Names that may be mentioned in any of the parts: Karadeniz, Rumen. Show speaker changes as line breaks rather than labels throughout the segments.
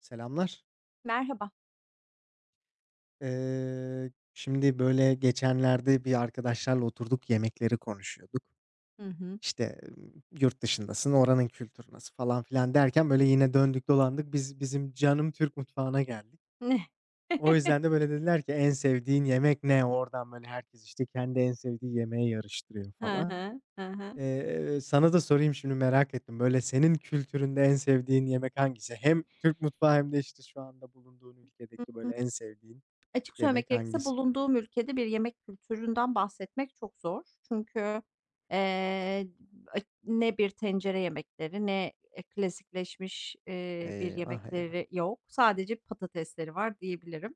Selamlar.
Merhaba.
Şimdi, böyle, geçenlerde bir arkadaşlarla oturduk, yemekleri konuşuyorduk.
Hı hı.
İşte, "Yurt dışındasın, oranın kültürü nasıl?" falan filan derken, böyle, yine döndük dolandık, bizim canım Türk mutfağına geldik.
Ne?
O yüzden de, böyle, dediler ki, "En sevdiğin yemek ne?" Oradan, böyle, herkes, işte, kendi en sevdiği yemeği yarıştırıyor
Hı
falan.
hı. Hı hı.
Sana da sorayım şimdi, merak ettim. Böyle, senin kültüründe en sevdiğin yemek hangisi? Hem Türk mutfağı hem de, işte, şu anda bulunduğun
Hı
ülkedeki, böyle,
hı.
en sevdiğin
Açık söylemek
yemek
gerekirse
hangisi?
bulunduğum ülkede bir yemek kültüründen bahsetmek çok zor. Çünkü, eee, a ne bir tencere yemekleri ne, klasikleşmiş, bir
Eyvah, eyvah.
yemekleri yok. Sadece patatesleri var diyebilirim.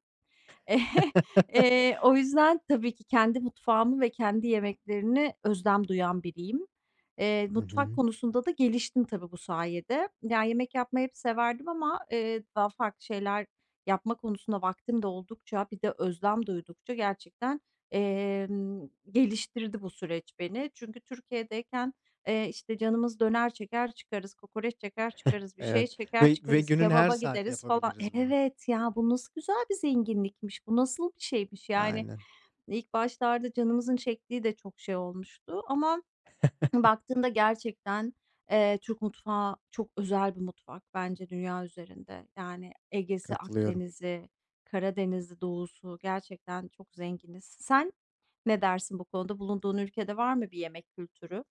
O yüzden tabii ki kendi mutfağımı ve kendi yemeklerini özlem duyan biriyim. Eee,
Hı
mutfak
hı.
konusunda da geliştim tabii bu sayede. Yani, yemek yapmayı hep severdim ama, daha farklı şeyler yapma konusunda vaktim de oldukça, bir de özlem duydukça gerçekten, emm, geliştirdi bu süreç beni. Çünkü Türkiye'deyken işte, canımız döner çeker çıkarız, kokoreç çeker çıkarız, bir şey
Evet
çeker
ve
çıkarız,
günün her
kebaba
saati
gideriz falan.
yapabiliriz bunu.
Evet, ya, bu nasıl güzel bir zenginlikmiş, bu nasıl bir şeymiş, yani,
Aynen,
ilk başlarda canımızın çektiği de çok şey olmuştu ama baktığında gerçekten, Türk mutfağı çok özel bir mutfak bence dünya üzerinde. Yani, Ege'si,
katılıyorum.
Akdeniz'i, Karadeniz'i, Doğu'su gerçekten çok zenginiz. Sen ne dersin bu konuda? Bulunduğun ülkede var mı bir yemek kültürü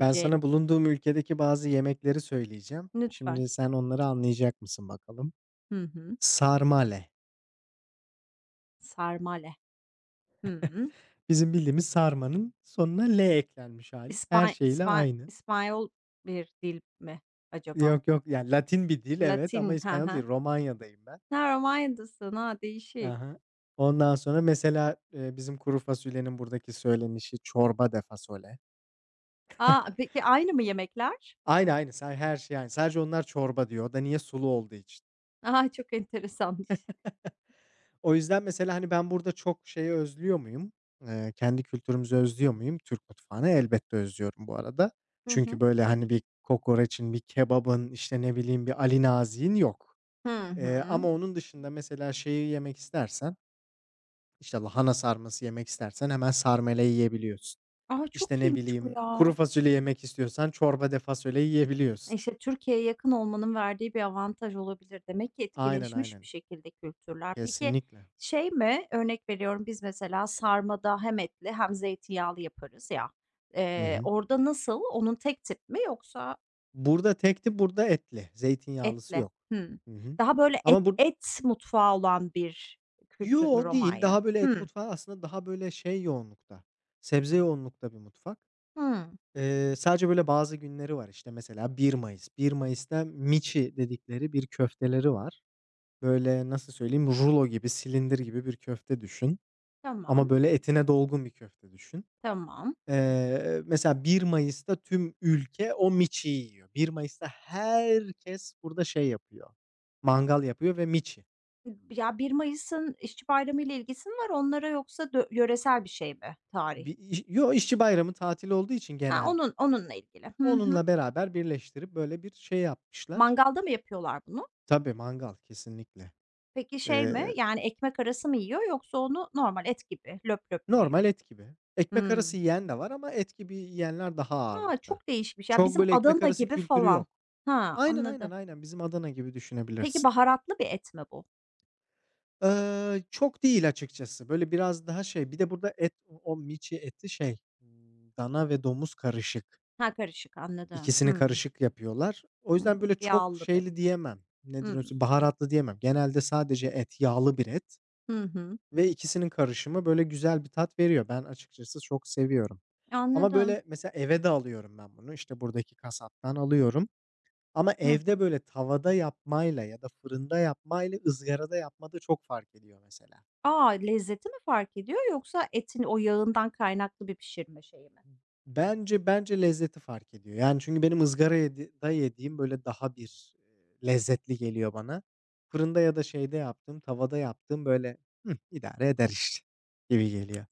Ben sana bulunduğum ülkedeki bazı yemekleri söyleyeceğim.
Lütfen.
Şimdi sen onları anlayacak mısın bakalım?
Hı hı.
Sarmale.
Sarmale. Hıı.
Bizim bildiğimiz sarmanın sonuna "le" eklenmiş hali. Her şeyle aynı.
İspanyol bir dil mi acaba?
Yok, yok, yani Latin bir dil evet ama
Latin. He
İspanyol
he.
değil. Romanya'dayım ben.
Ha, Romanya'dasın. A, değişik.
Aha. Ondan sonra mesela, bizim kuru fasulyenin buradaki söylenişi çorba de fasole."
A, peki aynı mı yemekler?
Aynı, aynı. Her şey aynı. Sadece onlar çorba diyor. O da niye? Sulu olduğu için.
A, çok enteresanmış.
O yüzden mesela, hani, ben burada çok şeyi özlüyor muyum? Kendi kültürümüzü özlüyor muyum? Türk mutfağını elbette özlüyorum bu arada.
Hı
Çünkü
hı.
böyle, hani, bir kokoreçin, bir kebabın, işte, ne bileyim, bir Ali Nazi'nin yok.
Hı hı.
Ama onun dışında mesela şeyi yemek istersen, işte, lahana sarması yemek istersen hemen sarmele yiyebiliyorsun.
A,
İşte,
çok
ne
iyiymiş bu
bileyim,
ya.
kuru fasulye yemek istiyorsan çorba de fasulye yiyebiliyorsun.
İşte, Türkiye'ye yakın olmanın verdiği bir avantaj olabilir. Demek ki
Aynen,
etkileşmiş bir
aynen.
şekilde kültürler. Peki,
Kesinlikle.
şey mi? Örnek veriyorum, biz mesela sarmada hem etli hem zeytinyağlı yaparız ya.
Hı
Eee,
hı.
orada nasıl? Onun tek tip mi yoksa
Burada tekti, burada etli. Zeytinyağlısı
etli?
yok.
Hımm.
Hı hı.
Daha böyle
Ama
et
bu
et mutfağı olan bir kültür mü
Yo, değil.
Romanya?
Daha böyle et
Hımm.
mutfağı aslında daha böyle şey yoğunlukta, sebze yoğunlukta bir mutfak.
Hımm.
Sadece böyle bazı günleri var, işte, mesela 1 Mayıs. 1 Mayıs'ta miçi dedikleri bir köfteleri var. Böyle, nasıl söyleyeyim, rulo gibi, silindir gibi bir köfte düşün ama
Tamam,
böyle etine dolgun bir köfte düşün.
tamam.
Mesela 1 Mayıs'ta tüm ülke o miçiyi yiyor. 1 Mayıs'ta herkes burada şey yapıyor, mangal yapıyor ve miçi.
Ya, bir Mayıs'ın İşçi Bayramı ile ilgisi mi var onlara yoksa dö yöresel bir şey mi tarih?
İşçi Bayramı tatili olduğu için
Ha,
genelde
onunla ilgili. Hı hı.
onunla beraber birleştirip böyle bir şey yapmışlar.
Mangalda mı yapıyorlar bunu?
Tabii, mangal kesinlikle.
Peki şey mi,
Eee,
yani ekmek arası mı yiyor yoksa onu normal et gibi löp löp mü yiyor?
Normal et gibi. Ekmek arası
Hımm.
yiyen de var ama et gibi yiyenler daha
A,
ağırlıkta.
çok değişmiş ya,
Çok
bizim
böyle ekmek
Adana
arası
gibi
kültürü
falan.
yok.
Ha,
Aynen, aynen,
anladım.
aynen. Bizim Adana gibi
Peki
düşünebilirsin.
baharatlı bir et mi bu?
Çok değil açıkçası. Böyle biraz daha şey, bir de burada et, o miçi eti şey, dana ve domuz karışık.
Ha, karışık anladım.
İkisini
Hımm.
karışık yapıyorlar. O
Hı
yüzden
hı.
böyle çok
Yağlı da.
şeyli diyemem, nedir
Hımm.
onun baharatlı diyemem. Genelde sadece et, yağlı bir et
Hı hı.
ve ikisinin karışımı böyle güzel bir tat veriyor. Ben açıkçası çok seviyorum. Ama
Anladım.
böyle mesela eve de alıyorum ben bunu. İşte buradaki kasaptan alıyorum ama
Hı
evde
hı.
böyle tavada yapmayla ya da fırında yapmayla ızgarada yapmada çok fark ediyor mesela.
A, lezzeti mi fark ediyor yoksa etin o yağından kaynaklı bir pişirme şeyi mi?
Bence lezzeti fark ediyor. Yani, çünkü benim ızgara yediğim, böyle, daha bir, lezzetli geliyor bana. Fırında ya da şeyde yaptığım, tavada yaptığım, böyle, "Hıh, idare eder işte." gibi geliyor.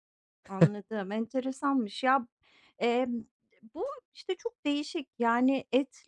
Anladım, enteresanmış. Ya, emm, bu, işte, çok değişik. Yani, et.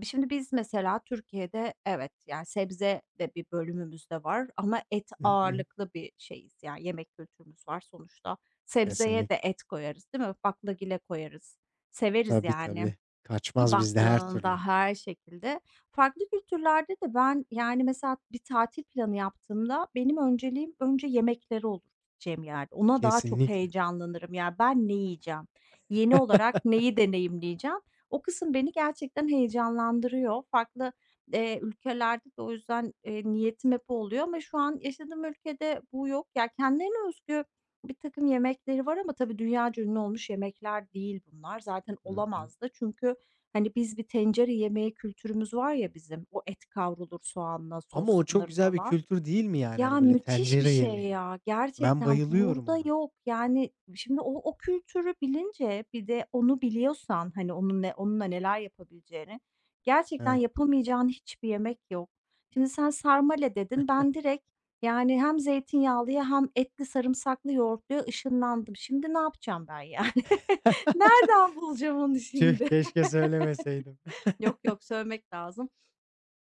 E, şimdi biz mesela Türkiye'de evet, yani, sebze de bir bölümümüz de var ama et
Hı hı.
ağırlıklı bir şeyiz. Yani, yemek kültürümüz var sonuçta. Sebzeye de
Kesinlikle.
et koyarız, değil mi? Baklagile koyarız. Severiz
Tabii,
yani.
tabii. Kaçmaz bizde her
Baktığında
türlü.
her şekilde. Farklı kültürlerde de ben, yani, mesela bir tatil planı yaptığımda benim önceliğim önce yemekleri olur gideceğim yerde. Ona daha çok
Kesinlikle.
heyecanlanırım. Yani ben ne yiyeceğim? Yeni olarak neyi deneyimleyeceğim? O kısım beni gerçekten heyecanlandırıyor. Farklı, ülkelerde de o yüzden, niyetim hep o oluyor ama şu an yaşadığım ülkede bu yok. Ya, kendilerine özgü bir takım yemekleri var ama tabii dünyaca ünlü olmuş yemekler değil bunlar. Zaten
Hı hı.
olamaz da çünkü hani, biz bir tencere yemeği kültürümüz var ya bizim, o et kavrulur soğanla,
Ama o çok
soslanır
güzel bir
falan.
kültür değil mi yani?
Ya,
Hani, böyle,
müthiş bir
tencere
şey
yemeği.
ya,
Ben
gerçekten
bayılıyorum
burada
ona.
yok. Yani, şimdi o kültürü bilince bir de onu biliyorsan, hani, onunla neler yapabileceğini, gerçekten
Evet.
yapamayacağın hiçbir yemek yok. Şimdi sen sarmale dedin, ben direkt, yani, hem zeytinyağlıya hem etli sarımsaklı yoğurtluya ışınlandım. Şimdi ne yapacağım ben, yani? Nereden bulacağım onu
Tüh,
şimdi?
keşke söylemeseydim.
Yok, yok, sövmek lazım.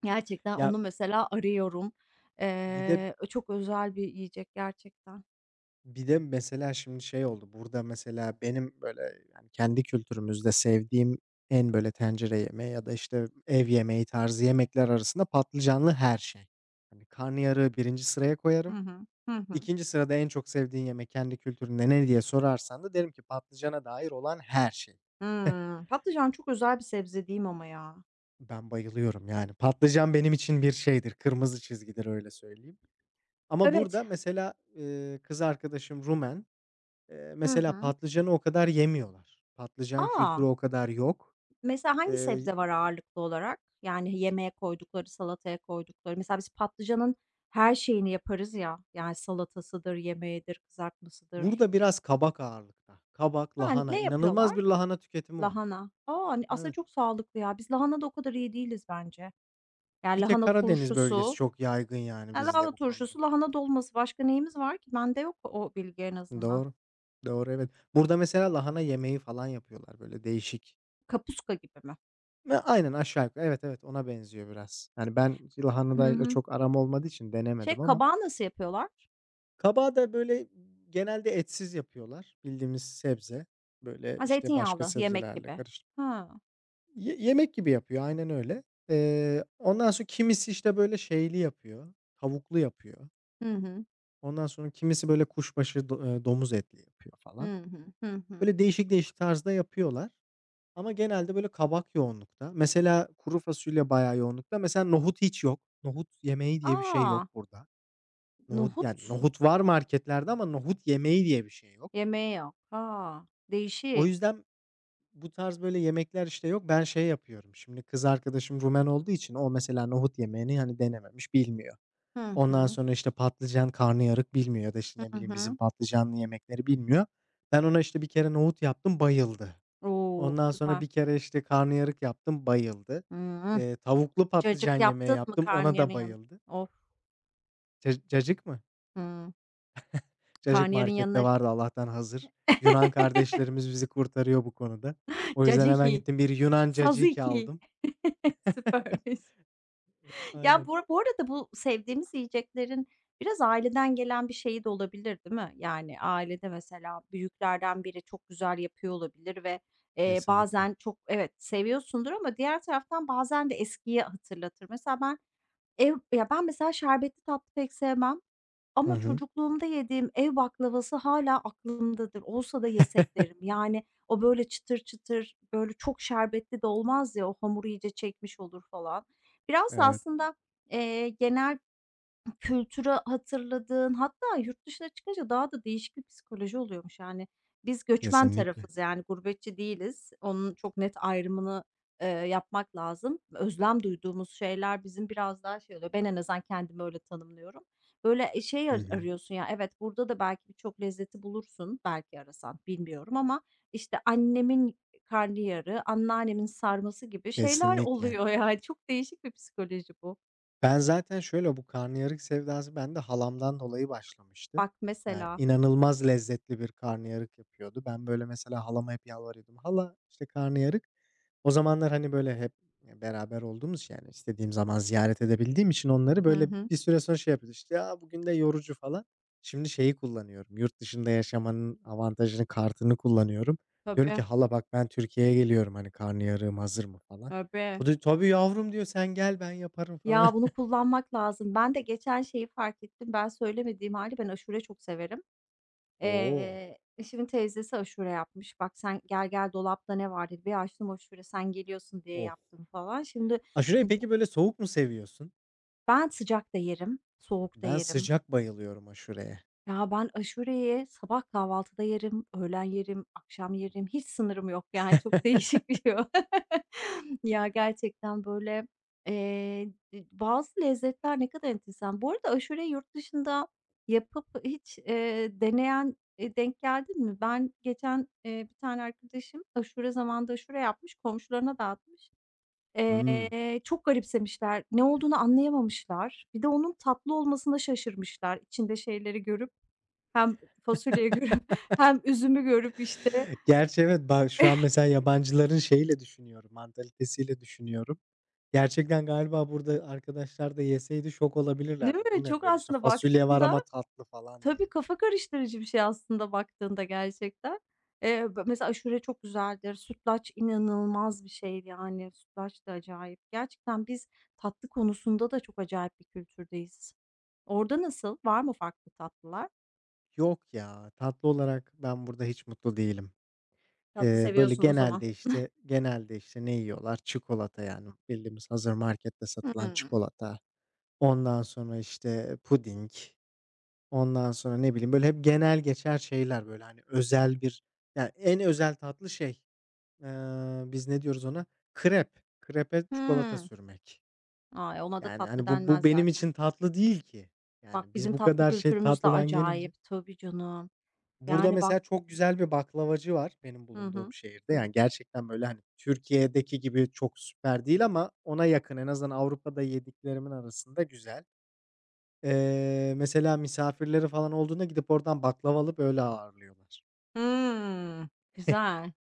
Gerçekten
Ya,
onu mesela arıyorum.
bir de
Çok özel bir yiyecek gerçekten.
Bir de mesela şimdi şey oldu, burada mesela benim böyle, yani, kendi kültürümüzde sevdiğim en böyle tencere yemeği ya da, işte, ev yemeği tarzı yemekler arasında patlıcanlı her şey. Hani, karnıyarığı birinci sıraya
Hı
koyarım.
hı. Hı hı.
2. sırada en çok sevdiğin yemek kendi kültüründe ne diye sorarsan da derim ki patlıcana dair olan her şey.
Hımm. Patlıcan çok özel bir sebze diyeyim ama ya?
Ben bayılıyorum, yani. Patlıcan benim için bir şeydir, kırmızı çizgidir, öyle söyleyeyim. Ama
Evet.
burada mesela, kız arkadaşım Rumen.
Hı
Mesela
hı.
patlıcanı o kadar yemiyorlar. Patlıcan
A!
kültürü o kadar yok.
Mesela hangi
Eee,
sebze var ağırlıklı olarak? Yani yemeğe koydukları, salataya koydukları. Mesela biz patlıcanın her şeyini yaparız ya. Yani salatasıdır, yemeğidir, kızartmasıdır.
Burada biraz kabak ağırlıkta. Kabak,
Ha,
lahana,
ne
inanılmaz
yapıyorlar?
bir lahana tüketimi var.
Lahana. Aa, aslında
Evet.
çok sağlıklı ya. Biz lahanada o kadar iyi değiliz bence. Yani
Bir tek
lahana
Karadeniz bölgesi
turşusu,
çok yaygın yani bizde
lahana
bu konuda.
turşusu, lahana dolması başka neyimiz var ki? Bende yok o bilgi en azından.
Doğru. Doğru, evet. Burada mesela lahana yemeği falan yapıyorlar böyle değişik.
Kapuska gibi mi?
Ve aynen aşağı yukarı. Evet, evet, ona benziyor biraz. Yani ben
Hı
lahanadayla
hı.
çok aram olmadığı için denemedim
Şey,
ama
kabağı nasıl yapıyorlar?
Kabağı da, böyle, genelde etsiz yapıyorlar. Bildiğimiz sebze, böyle,
Ha,
işte, başka
zeytinyağlı yemek
sebzelerle
gibi.
karıştırıp
Ha.
Yemek gibi yapıyor, aynen öyle. Ondan sonra kimisi, işte, böyle, şeyli yapıyor, tavuklu yapıyor.
Hı hı.
Ondan sonra kimisi, böyle, kuşbaşı do domuz etli yapıyor falan.
Hı hı. Hı hı.
Böyle, değişik değişik tarzda yapıyorlar ama genelde, böyle, kabak yoğunlukta. Mesela kuru fasulye bayağı yoğunlukta. Mesela nohut hiç yok. Nohut yemeği diye bir şey yok
A!
burada. Nohut,
Nohut
yani, nohut var marketlerde ama nohut yemeği diye bir şey yok.
yemeği yok. A!
O
Değişik.
yüzden bu tarz böyle yemekler, işte, yok. Ben şey yapıyorum, şimdi kız arkadaşım Rumen olduğu için o mesela nohut yemeğini, hani, denememiş, bilmiyor.
Hı
Ondan
hı.
sonra, işte, patlıcan, karnıyarık bilmiyor ya da, işte, ne
Hı
bileyim, bizim
hı.
patlıcanlı yemekleri bilmiyor. Ben ona, işte, bir kere nohut yaptım, bayıldı.
O!
Ondan sonra
Süper.
bir kere, işte, karnıyarık yaptım, bayıldı.
Hımm.
Tavuklu
Cacık
patlıcan yemeği
yaptın mı
yaptım, ona
karnıyarın
da
yanında?
bayıldı.
Of!
Cacık mı?
Hımm.
Cacık
Karnıyarın
markette
yanına
vardı Allah'tan hazır. Yunan kardeşlerimiz bizi kurtarıyor bu konuda. O yüzden hemen
caciki.
gittim bir Yunan
Sazı
caciki
2.
aldım.
Süpermiş. Ya,
Aynen.
bu arada bu sevdiğimiz yiyeceklerin biraz aileden gelen bir şeyi de olabilir, değil mi? Yani, ailede mesela büyüklerden biri çok güzel yapıyor olabilir ve,
Kesinlikle.
bazen çok evet, seviyorsundur ama diğer taraftan bazen de eskiyi hatırlatır. Mesela ben ev ya, ben mesela şerbetli tatlı pek sevmem.
Hı
Ama
hı.
çocukluğumda yediğim ev baklavası hâlâ aklımdadır. Olsa da yesek derim. Yani, o böyle çıtır çıtır, böyle çok şerbetli de olmaz ya, o hamur iyice çekmiş olur falan. Biraz da
Evet.
aslında, genel kültürü hatırladığın hatta yurt dışına çıkınca daha da değişik bir psikoloji oluyormuş. Yani, biz göçmen
Kesinlikle.
tarafız, yani, gurbetçi değiliz. Onun çok net ayrımını, yapmak lazım. Özlem duyduğumuz şeyler bizim biraz daha şey oluyor. Ben en azından kendimi öyle tanımlıyorum. Böyle, e, şey
Hı
ar
hı.
arıyorsun ya, evet, burada da belki birçok lezzeti bulursun, belki arasan, bilmiyorum ama, işte, annemin karnıyarığı, anneannemin sarması gibi şeyler
Kesinlikle.
oluyor, yani. Çok değişik bir psikoloji bu.
Ben zaten şöyle bu karnıyarık sevdası bende halamdan dolayı başlamıştı.
Bak
Yani
mesela.
inanılmaz lezzetli bir karnıyarık yapıyordu. Ben böyle mesela halama hep yalvarıyordum. Hala işte karnıyarık. O zamanlar, hani, böyle, hep, beraber olduğumuz için, yani, istediğim zaman ziyaret edebildiğim için onları,
Hı
böyle,
hı.
bir süre sonra şey yapıyorduk, işte, "Ya, bugün de yorucu." falan. Şimdi şeyi kullanıyorum, yurt dışında yaşamanın avantajını, kartını kullanıyorum. Diyorum ki,
Tabii,
"Hala bak ben Türkiye'ye geliyorum, hani, karnıyarığım hazır mı?" falan.
tabii.
O da, "Tabii yavrum." diyor, "Sen gel ben yaparım." falan.
Ya, bunu kullanmak lazım. Ben de geçen şeyi fark ettim. Ben söylemediğim hali ben aşure çok severim.
Oo,
Eşimin teyzesi aşure yapmış. "Bak sen gel gel dolapta ne var?" dedi. Bir açtım aşure, sen geliyorsun diye
of!
yaptım falan. Şimdi
Aşureyi
b
peki, böyle, soğuk mu seviyorsun?
ben sıcak da yerim, soğuk da
Ben
yerim.
sıcak bayılıyorum aşureye.
Ya, ben aşureyi sabah kahvaltıda yerim, öğlen yerim, akşam yerim. Hiç sınırım yok, yani, çok değişik bir şey o. Ya, gerçekten, böyle, eee, bazı lezzetler ne kadar enteresan. Bu arada aşureyi yurt dışında yapıp hiç, deneyen, denk geldin mi? Ben geçen, bir tane arkadaşım aşure zamanında aşure yapmış, komşularına dağıtmış.
Hıı.
Çok garipsemişler, ne olduğunu anlayamamışlar. Bir de onun tatlı olmasına şaşırmışlar içinde şeyleri görüp. Hem fasulyeyi görüp hem üzümü görüp, işte,
Gerçi evet, ba şu an mesela yabancıların şeyiyle düşünüyorum, mantalitesiyle düşünüyorum. Gerçekten galiba burada arkadaşlar da yeseydi şok
değil
olabilirlerdi. "Bu
mi?
ne
Çok
böyle?" işte,
aslında
"Fasulye var
baktığında
ama tatlı." falan diye.
tabii, kafa karıştırıcı bir şey aslında baktığında gerçekten. B mesela aşure çok güzeldir. Sütlaç inanılmaz bir şey, yani, sütlaç da acayip. Gerçekten biz tatlı konusunda da çok acayip bir kültürdeyiz. Orada nasıl? Var mı farklı tatlılar?
Yok ya, tatlı olarak ben burada hiç mutlu değilim.
Tatlı
Böyle
seviyorsun o zaman.
genelde, işte, genelde, işte, ne yiyorlar? Çikolata yani bildiğimiz hazır markette satılan
Hmm.
çikolata. Ondan sonra, işte, puding, ondan sonra ne bileyim, böyle hep genel geçer şeyler, böyle, hani, özel bir, yani en özel tatlı şey. Biz ne diyoruz ona? Krep. Krepe çikolata
Hımm.
sürmek.
Ay, ona da
Yani,
tatlı
hani, bu
denmez
benim
zaten.
için tatlı değil ki.
Bak,
Yani, biz
bizim
bu
tatlı
kadar şey
kültürümüz de
tatlıdan gelince.
acayip. Tabii canım.
Burada
Yani, bak
mesela çok güzel bir baklavacı var benim
hı
bulunduğum
hı.
şehirde. Yani, gerçekten, böyle, hani, Türkiye'deki gibi çok süper değil ama ona yakın. En azından Avrupa'da yediklerimin arasında güzel. Mesela misafirleri falan olduğunda gidip oradan baklava alıp öyle ağırlıyorlar.
Hımm, güzel.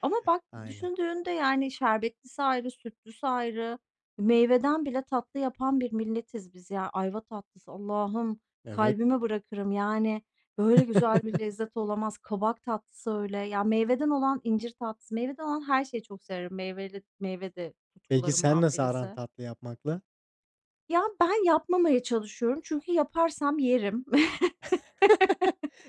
Ama bak
Aynen.
düşündüğünde, yani, şerbetlisi ayrı, sütlüsü ayrı, meyveden bile tatlı yapan bir milletiz biz ya. Ayva tatlısı, Allah'ım
Evet.
kalbime bırakırım, yani, böyle güzel bir lezzet olamaz. Kabak tatlısı öyle. Ya, meyveden olan incir tatlısı, meyveden olan her şeyi çok severim. Meyveli meyve de
Peki sen
tutkularımdan
nasıl aran
birisi.
tatlı yapmakla?
Ya, ben yapmamaya çalışıyorum çünkü yaparsam yerim.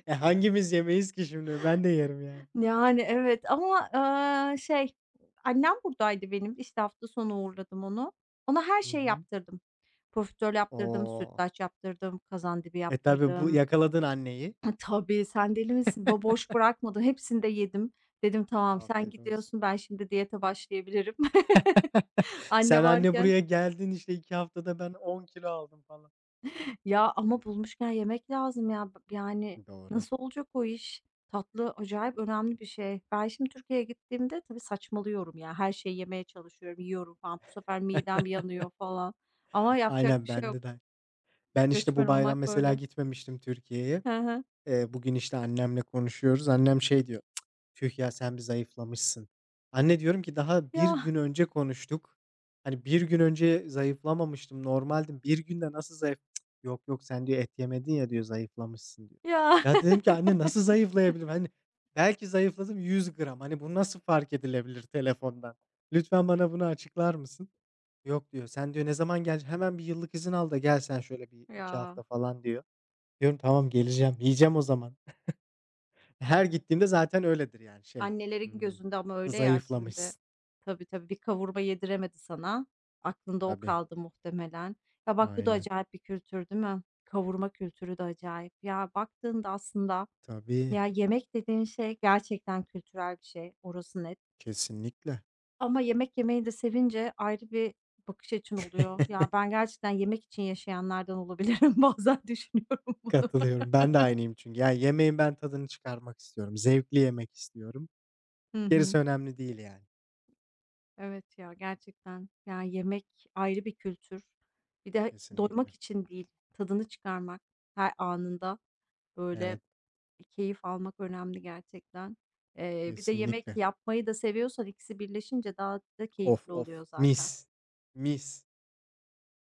E, hangimiz yemeyiz ki şimdi? Ben de yerim yani.
Yani, evet ama, aaa, şey, annem buradaydı benim. İşte, hafta sonu uğurladım onu. Ona her
Hı
şey
hı.
yaptırdım. Profiterol yaptırdım,
O!
sütlaç yaptırdım, kazandibi
E, tabii bu
yaptırdım.
yakaladın anneyi.
Ha, tabii, sen deli misin? Boş bırakmadım. Hepsini de yedim. Dedim, "Tamam, sen
Afiyet olsun.
gidiyorsun, ben şimdi diyete başlayabilirim." Anne
Sen anne
varken.
buraya geldin, işte 2 haftada ben 10 kilo aldım falan.
Ya, ama bulmuşken yemek lazım ya. B yani
Doğru.
nasıl olacak o iş? Tatlı acayip önemli bir şey. Ben şimdi Türkiye'ye gittiğimde tabii saçmalıyorum ya. Her şeyi yemeye çalışıyorum, yiyorum falan. Bu sefer midem yanıyor falan ama yapacak
Aynen
bir şey yok.
bende de. Ben, işte,
Göçmen
bu bayram
olmak
mesela
böyle.
gitmemiştim Türkiye'ye.
Hı hı.
Bugün, işte, annemle konuşuyoruz. Annem şey diyor, "Cık, Tüh ya, sen bir zayıflamışsın." Anne diyorum ki, "Daha bir gün
Ya,
önce konuştuk. Hani, bir gün önce zayıflamamıştım, normaldim. Bir günde nasıl zayıf." "Cık, Yok, yok, sen," diyor, "et yemedin ya," diyor, "zayıflamışsın." diyor.
ya,
Ya, dedim ki, "Anne, nasıl zayıflayabilirim? Hani, belki zayıfladım 100 gram. Hani, bu nasıl fark edilebilir telefondan? Lütfen bana bunu açıklar mısın?" "Yok," diyor, "sen," diyor, "ne zaman gel? Hemen bir yıllık izin al da gel sen şöyle bir 2
ya.
hafta falan." diyor. Diyorum, "Tamam, geleceğim. Yiyeceğim o zaman." Her gittiğimde zaten öyledir yani şey,
Annelerin
ımm,
gözünde ama öyle ya şimdi.
zayıflamışsın.
Tabii, tabii, bir kavurma yediremedi sana. Aklında o
Tabii,
kaldı muhtemelen. Ya, bak bu da
aynen.
acayip bir kültür değil mi? Kavurma kültürü de acayip. Ya, baktığında aslında,
Tabii,
ya, yemek dediğin şey gerçekten kültürel bir şey, orası net.
kesinlikle.
Ama yemek yemeyi de sevince ayrı bir bakış açın oluyor. Ya, ben gerçekten yemek için yaşayanlardan olabilirim. Bazen düşünüyorum bunu.
Katılıyorum. Ben de aynıyım çünkü. Yani yemeğin ben tadını çıkarmak istiyorum. Zevkli yemek istiyorum.
Hı hı.
Gerisi önemli değil yani.
Evet ya gerçekten. Yani yemek ayrı bir kültür. Bir de doymak
Kesinlikle.
için değil, tadını çıkarmak her anında böyle
Evet,
keyif almak önemli gerçekten. Bir de yemek
kesinlikle.
yapmayı da seviyorsan ikisi birleşince daha da
Of,
keyifli
of.
oluyor zaten.
Mis, mis.